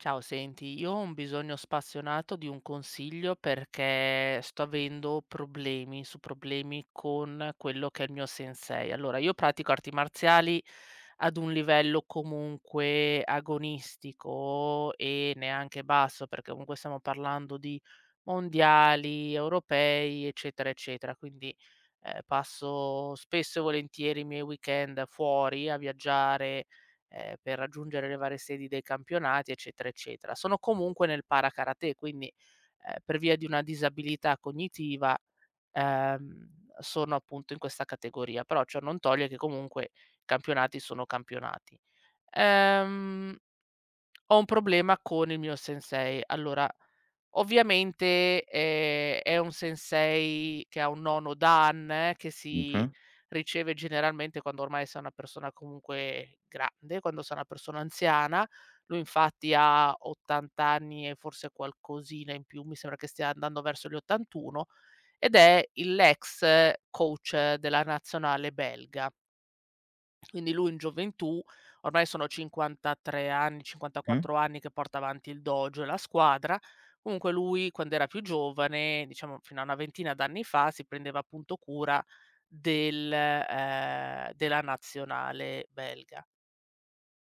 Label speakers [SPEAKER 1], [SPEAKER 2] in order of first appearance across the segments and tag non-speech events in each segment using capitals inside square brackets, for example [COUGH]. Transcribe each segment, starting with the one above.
[SPEAKER 1] Ciao, senti, io ho un bisogno spassionato di un consiglio perché sto avendo problemi su problemi con quello che è il mio sensei. Allora, io pratico arti marziali ad un livello comunque agonistico e neanche basso, perché comunque stiamo parlando di mondiali, europei, eccetera, eccetera. Quindi passo spesso e volentieri i miei weekend fuori a viaggiare per raggiungere le varie sedi dei campionati, eccetera, eccetera. Sono comunque nel para karate, quindi, per via di una disabilità cognitiva, ehm, sono appunto in questa categoria, però ciò non toglie che comunque i campionati sono campionati. Ehm, ho un problema con il mio sensei. Allora, ovviamente, è un sensei che ha un nono dan, che si
[SPEAKER 2] Mh-mh,
[SPEAKER 1] riceve generalmente quando ormai sei una persona comunque grande, quando sei una persona anziana. Lui infatti ha 80 anni e forse qualcosina in più, mi sembra che stia andando verso gli 81, ed è il l'ex coach della nazionale belga. Quindi lui in gioventù ormai sono 53 anni,
[SPEAKER 2] mh.
[SPEAKER 1] 54 anni che porta avanti il dojo e la squadra. Comunque lui quando era più giovane, diciamo fino a una ventina d'anni fa, si prendeva appunto cura della nazionale belga.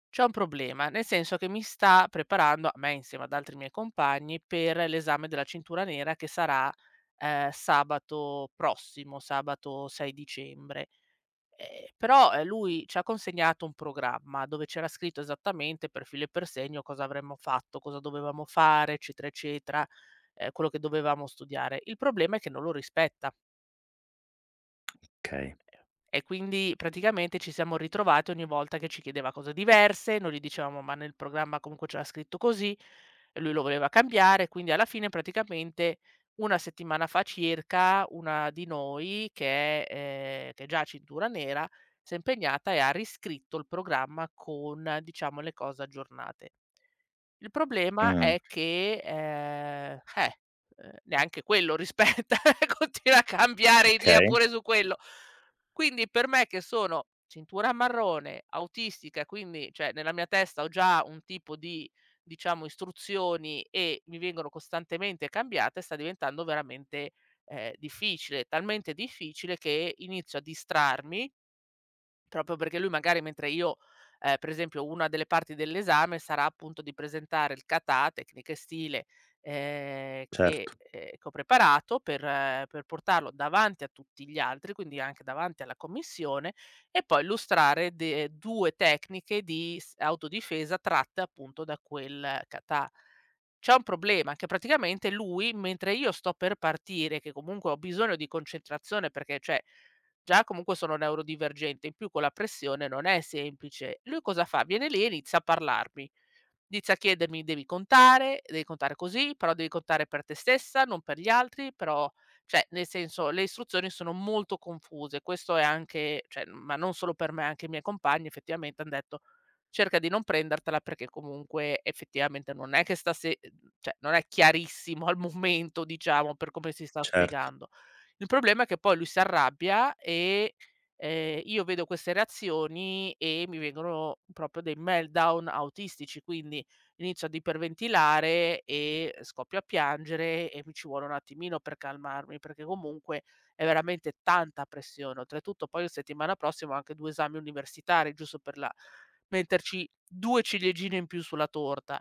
[SPEAKER 1] C'è un problema, nel senso che mi sta preparando, a me insieme ad altri miei compagni, per l'esame della cintura nera che sarà, sabato prossimo, sabato 6 dicembre. Però, lui ci ha consegnato un programma dove c'era scritto esattamente per filo e per segno cosa avremmo fatto, cosa dovevamo fare, eccetera, eccetera, quello che dovevamo studiare. Il problema è che non lo rispetta.
[SPEAKER 2] Okay.
[SPEAKER 1] E quindi praticamente ci siamo ritrovati ogni volta che ci chiedeva cose diverse, noi gli dicevamo: "Ma nel programma comunque c'era scritto così", e lui lo voleva cambiare, quindi alla fine praticamente 1 settimana fa circa, una di noi che è già cintura nera, s'è impegnata e ha riscritto il programma con, diciamo, le cose aggiornate. Il problema
[SPEAKER 2] Mh.
[SPEAKER 1] è che, neanche quello rispetta, [LAUGHS] continua a cambiare idea
[SPEAKER 2] Okay,
[SPEAKER 1] pure su quello. Quindi per me che sono cintura marrone, autistica, quindi cioè nella mia testa ho già un tipo di, diciamo, istruzioni e mi vengono costantemente cambiate, sta diventando veramente, difficile, talmente difficile che inizio a distrarmi. Proprio perché lui magari mentre io, per esempio una delle parti dell'esame sarà appunto di presentare il "kata", tecnica e stile,
[SPEAKER 2] certo,
[SPEAKER 1] che ho preparato per portarlo davanti a tutti gli altri, quindi anche davanti alla commissione, e poi illustrare de 2 tecniche di s autodifesa tratte appunto da quel "kata". C'è un problema, che praticamente lui mentre io sto per partire, che comunque ho bisogno di concentrazione perché, cioè, già comunque sono neurodivergente, in più con la pressione non è semplice. Lui cosa fa? Viene lì e inizia a parlarmi. Inizia a chiedermi: devi contare così, però devi contare per te stessa, non per gli altri, però" cioè, nel senso, le istruzioni sono molto confuse. Questo è anche cioè, ma non solo per me, anche i miei compagni effettivamente han detto: "Cerca di non prendertela perché comunque effettivamente non è che sta se cioè, non è chiarissimo al momento, diciamo, per come si sta
[SPEAKER 2] certo.
[SPEAKER 1] spiegando." Il problema è che poi lui si arrabbia e, io vedo queste reazioni e mi vengono proprio dei meltdown autistici, quindi inizio ad iperventilare e scoppio a piangere e mi ci vuole un attimino per calmarmi, perché comunque è veramente tanta pressione. Oltretutto poi la settimana prossima ho anche 2 esami universitari, giusto per la metterci 2 ciliegine in più sulla torta.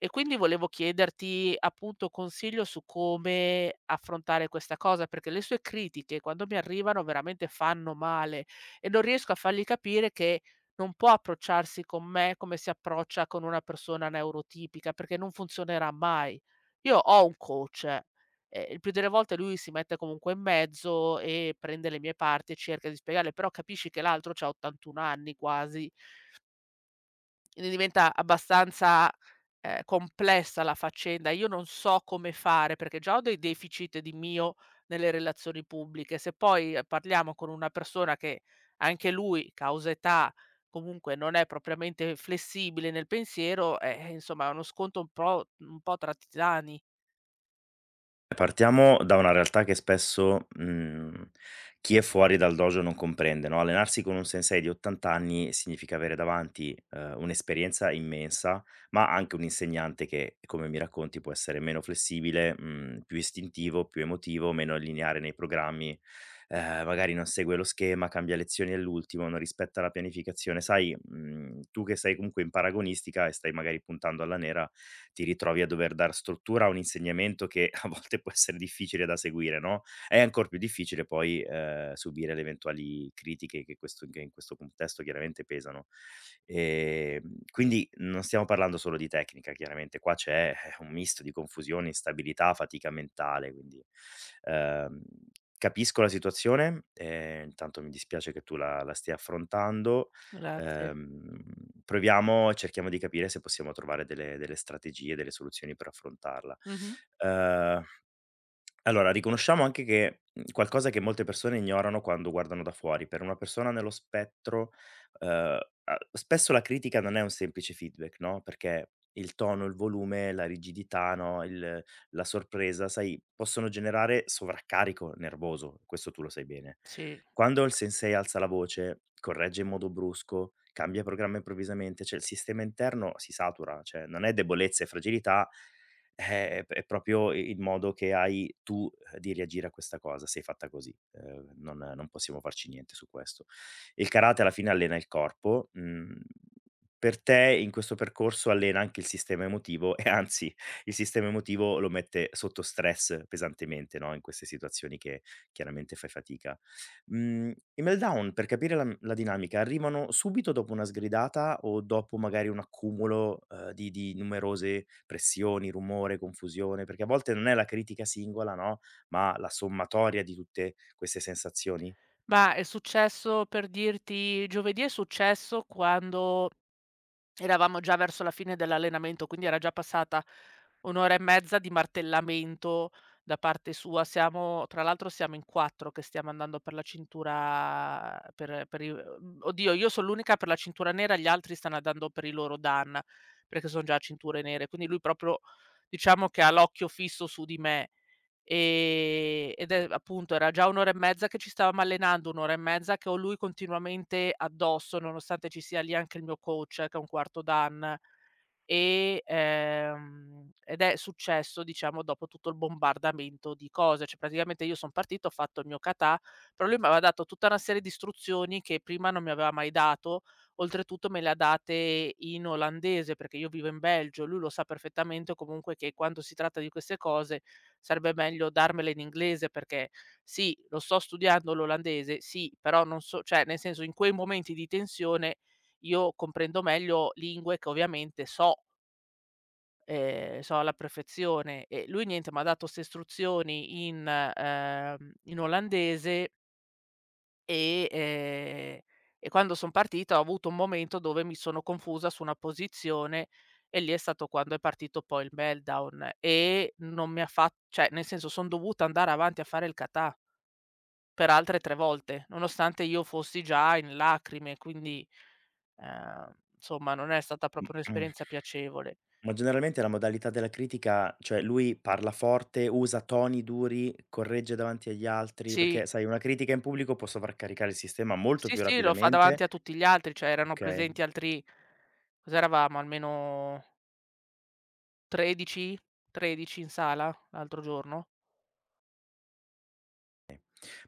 [SPEAKER 1] E quindi volevo chiederti, appunto, consiglio su come affrontare questa cosa, perché le sue critiche quando mi arrivano veramente fanno male e non riesco a fargli capire che non può approcciarsi con me come si approccia con una persona neurotipica, perché non funzionerà mai. Io ho un coach, e il più delle volte lui si mette comunque in mezzo e prende le mie parti e cerca di spiegarle, però capisci che l'altro c'ha 81 anni quasi, quindi diventa abbastanza complessa la faccenda, io non so come fare, perché già ho dei deficit di mio nelle relazioni pubbliche. Se poi, parliamo con una persona che anche lui, causa età, comunque non è propriamente flessibile nel pensiero, insomma è uno scontro un po' tra titani.
[SPEAKER 2] Partiamo da una realtà che spesso, chi è fuori dal dojo non comprende, no, allenarsi con un sensei di 80 anni significa avere davanti, un'esperienza immensa, ma anche un insegnante che, come mi racconti, può essere meno flessibile, più istintivo, più emotivo, meno lineare nei programmi, magari non segue lo schema, cambia lezioni all'ultimo, non rispetta la pianificazione. Sai, tu che sei comunque in paragonistica e stai magari puntando alla nera ti ritrovi a dover dar struttura a un insegnamento che [LAUGHS] a volte può essere difficile da seguire, no, è ancor più difficile poi, subire le eventuali critiche che questo che in questo contesto chiaramente pesano. Quindi non stiamo parlando solo di tecnica chiaramente, qua c'è un misto di confusione, instabilità, fatica mentale, quindi, ehm, capisco la situazione, intanto mi dispiace che tu la stia affrontando.
[SPEAKER 1] Grazie.
[SPEAKER 2] Ehm, proviamo Cerchiamo di capire se possiamo trovare delle strategie, delle soluzioni per affrontarla.
[SPEAKER 1] Mh-mh.
[SPEAKER 2] Uhm allora, riconosciamo anche che, qualcosa che molte persone ignorano quando guardano da fuori. Per una persona nello spettro, uhm, a spesso la critica non è un semplice feedback, no, perché il tono, il volume, la rigidità, no, il la sorpresa, sai, possono generare sovraccarico nervoso, questo tu lo sai bene.
[SPEAKER 1] Sì.
[SPEAKER 2] Quando il sensei alza la voce, corregge in modo brusco, cambia programma improvvisamente, cioè il sistema interno si satura, cioè non è debolezza e fragilità, è proprio i il modo che hai tu, di reagire a questa cosa, sei fatta così, non possiamo farci niente su questo. Il karate alla fine allena il corpo, per te in questo percorso allena anche il sistema emotivo, e anzi il sistema emotivo lo mette sotto stress pesantemente, no, in queste situazioni che chiaramente fai fatica. I meltdown, per capire la dinamica, arrivano subito dopo una sgridata o dopo magari un accumulo, di numerose pressioni, rumore, confusione, perché a volte non è la critica singola, no, ma la sommatoria di tutte queste sensazioni.
[SPEAKER 1] Ma è successo, per dirti, giovedì. È successo quando eravamo già verso la fine dell'allenamento, quindi era già passata 1 ora e mezza di martellamento da parte sua. Siamo, tra l'altro, siamo in 4 che stiamo andando per la cintura, per i oddio, io son l'unica per la cintura nera, gli altri stanno andando per i loro Dan, perché son già cinture nere. Quindi lui proprio, diciamo, che ha l'occhio fisso su di me. Ed è appunto era già 1 ora e mezza che ci stavamo allenando, 1 ora e mezza che ho lui continuamente addosso, nonostante ci sia lì anche il mio coach che è un quarto Dan. E, ed è successo, diciamo, dopo tutto il bombardamento di cose, cioè praticamente io son partita, ho fatto il mio kata, però lui m'aveva dato tutta una serie di istruzioni che prima non mi aveva mai dato, oltretutto me le ha date in olandese, perché io vivo in Belgio, lui lo sa perfettamente comunque che quando si tratta di queste cose sarebbe meglio darmela in inglese perché sì, lo sto studiando l'olandese, sì, però non so, cioè nel senso in quei momenti di tensione io comprendo meglio lingue che ovviamente so, so alla perfezione. E lui niente, m'ha dato 'ste istruzioni in, in olandese e, ehm, e quando son partita ho avuto un momento dove mi sono confusa su una posizione e lì è stato quando è partito poi il meltdown e non mi ha fa, cioè nel senso son dovuta andare avanti a fare il katà per altre 3 volte, nonostante io fossi già in lacrime, quindi, insomma non è stata proprio
[SPEAKER 2] Mh-mh.
[SPEAKER 1] un'esperienza piacevole.
[SPEAKER 2] Ma generalmente la modalità della critica, cioè lui parla forte, usa toni duri, corregge davanti agli altri,
[SPEAKER 1] Sì,
[SPEAKER 2] perché sai una critica in pubblico può sovraccaricare il sistema molto
[SPEAKER 1] sì,
[SPEAKER 2] più
[SPEAKER 1] sì, lo fa davanti
[SPEAKER 2] rapidamente,
[SPEAKER 1] a tutti gli altri, cioè erano
[SPEAKER 2] okay?
[SPEAKER 1] presenti altri, cos'eravamo, almeno 13? 13 in sala l'altro giorno.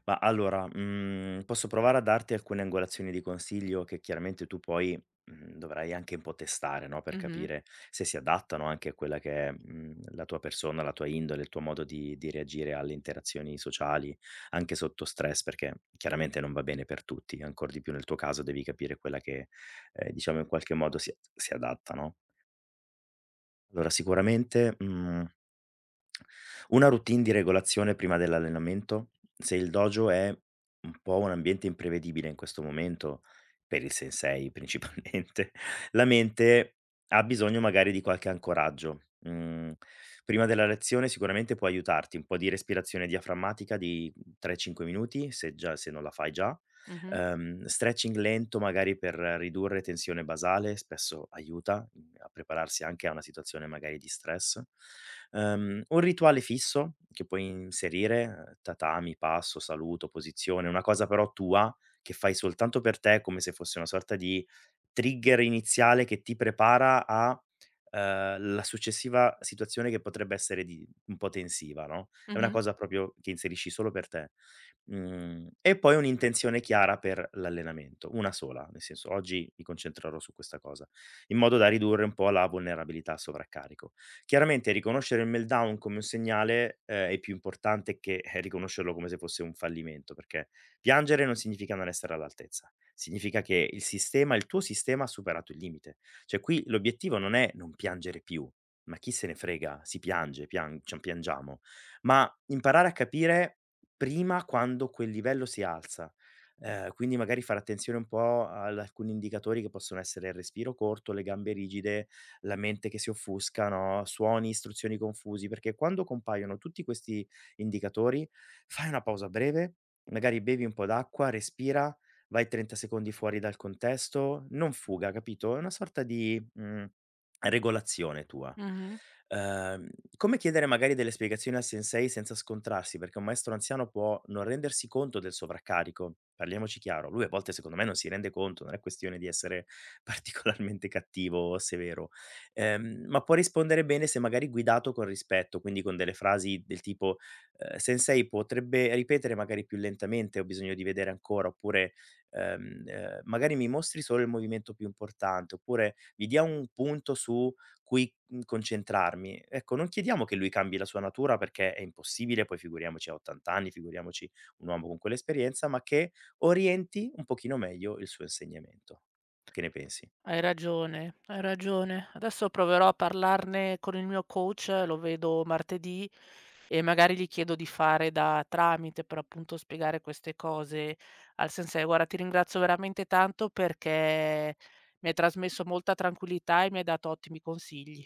[SPEAKER 2] Ma allora, posso provare a darti alcune angolazioni di consiglio che chiaramente tu poi, dovrai anche un po' testare, no, per
[SPEAKER 1] Mh-mh,
[SPEAKER 2] capire se si adattano anche a quella che è, la tua persona, la tua indole, il tuo modo di reagire alle interazioni sociali, anche sotto stress, perché chiaramente non va bene per tutti, ancor di più nel tuo caso devi capire quella che, diciamo in qualche modo si adatta, no. Allora sicuramente, mhmm una routine di regolazione prima dell'allenamento? Se il dojo è un po' un ambiente imprevedibile in questo momento, per il sensei principalmente, [LAUGHS] la mente ha bisogno magari di qualche ancoraggio. Mhmm, Prima della lezione sicuramente può aiutarti un po' di respirazione diaframmatica di 3, 5 minuti, se già se non la fai già.
[SPEAKER 1] mh-mh,
[SPEAKER 2] Stretching lento magari per ridurre tensione basale, spesso aiuta, a prepararsi anche a una situazione magari di stress. Un rituale fisso che puoi inserire, tatami, passo, saluto, posizione, una cosa però tua che fai soltanto per te, come se fosse una sorta di trigger iniziale che ti prepara a, la successiva situazione che potrebbe essere di un po' tensiva, no, è una
[SPEAKER 1] mh-mh,
[SPEAKER 2] cosa proprio che inserisci solo per te. E poi un'intenzione chiara per l'allenamento, una sola, nel senso: "Oggi mi concentrerò su questa cosa", in modo da ridurre un po' la vulnerabilità al sovraccarico. Chiaramente riconoscere il meltdown come un segnale, è più importante che, riconoscerlo come se fosse un fallimento, perché piangere non significa non essere all'altezza, significa che il tuo sistema ha superato il limite. Cioè qui l'obiettivo non è non piangere più, ma chi se ne frega, si piange, pian cioè piangiamo, ma imparare a capire prima quando quel livello si alza, quindi magari fare attenzione un po' ad alcuni indicatori che possono essere il respiro corto, le gambe rigide, la mente che si offusca, no, suoni, istruzioni confusi, perché quando compaiono tutti questi indicatori, fai una pausa breve, magari bevi un po' d'acqua, respira, vai 30 secondi fuori dal contesto, non fuga, capito, è una sorta di, regolazione tua.
[SPEAKER 1] mh-mh.
[SPEAKER 2] Ehm, Come chiedere magari delle spiegazioni al sensei senza scontrarsi? Perché un maestro anziano può non rendersi conto del sovraccarico, parliamoci chiaro, lui a volte secondo me non si rende conto, non è questione di essere [LAUGHS] particolarmente cattivo o severo, ma può rispondere bene se magari guidato con rispetto, quindi con delle frasi del tipo: "Sensei potrebbe ripetere magari più lentamente, ho bisogno di vedere ancora", oppure: "Magari mi mostri solo il movimento più importante", oppure: "Mi dia un punto su cui, concentrarmi". Ecco, non chiediamo che lui cambi la sua natura perché è impossibile, poi figuriamoci a 80 anni, figuriamoci un uomo con quell'esperienza, ma che orienti un pochino meglio il suo insegnamento. Che ne pensi?
[SPEAKER 1] Hai ragione, hai ragione. Adesso proverò a parlarne con il mio coach, lo vedo martedì e magari gli chiedo di fare da tramite per, appunto, spiegare queste cose al sensei. Guarda, ti ringrazio veramente tanto perché mi hai trasmesso molta tranquillità e mi hai dato ottimi consigli.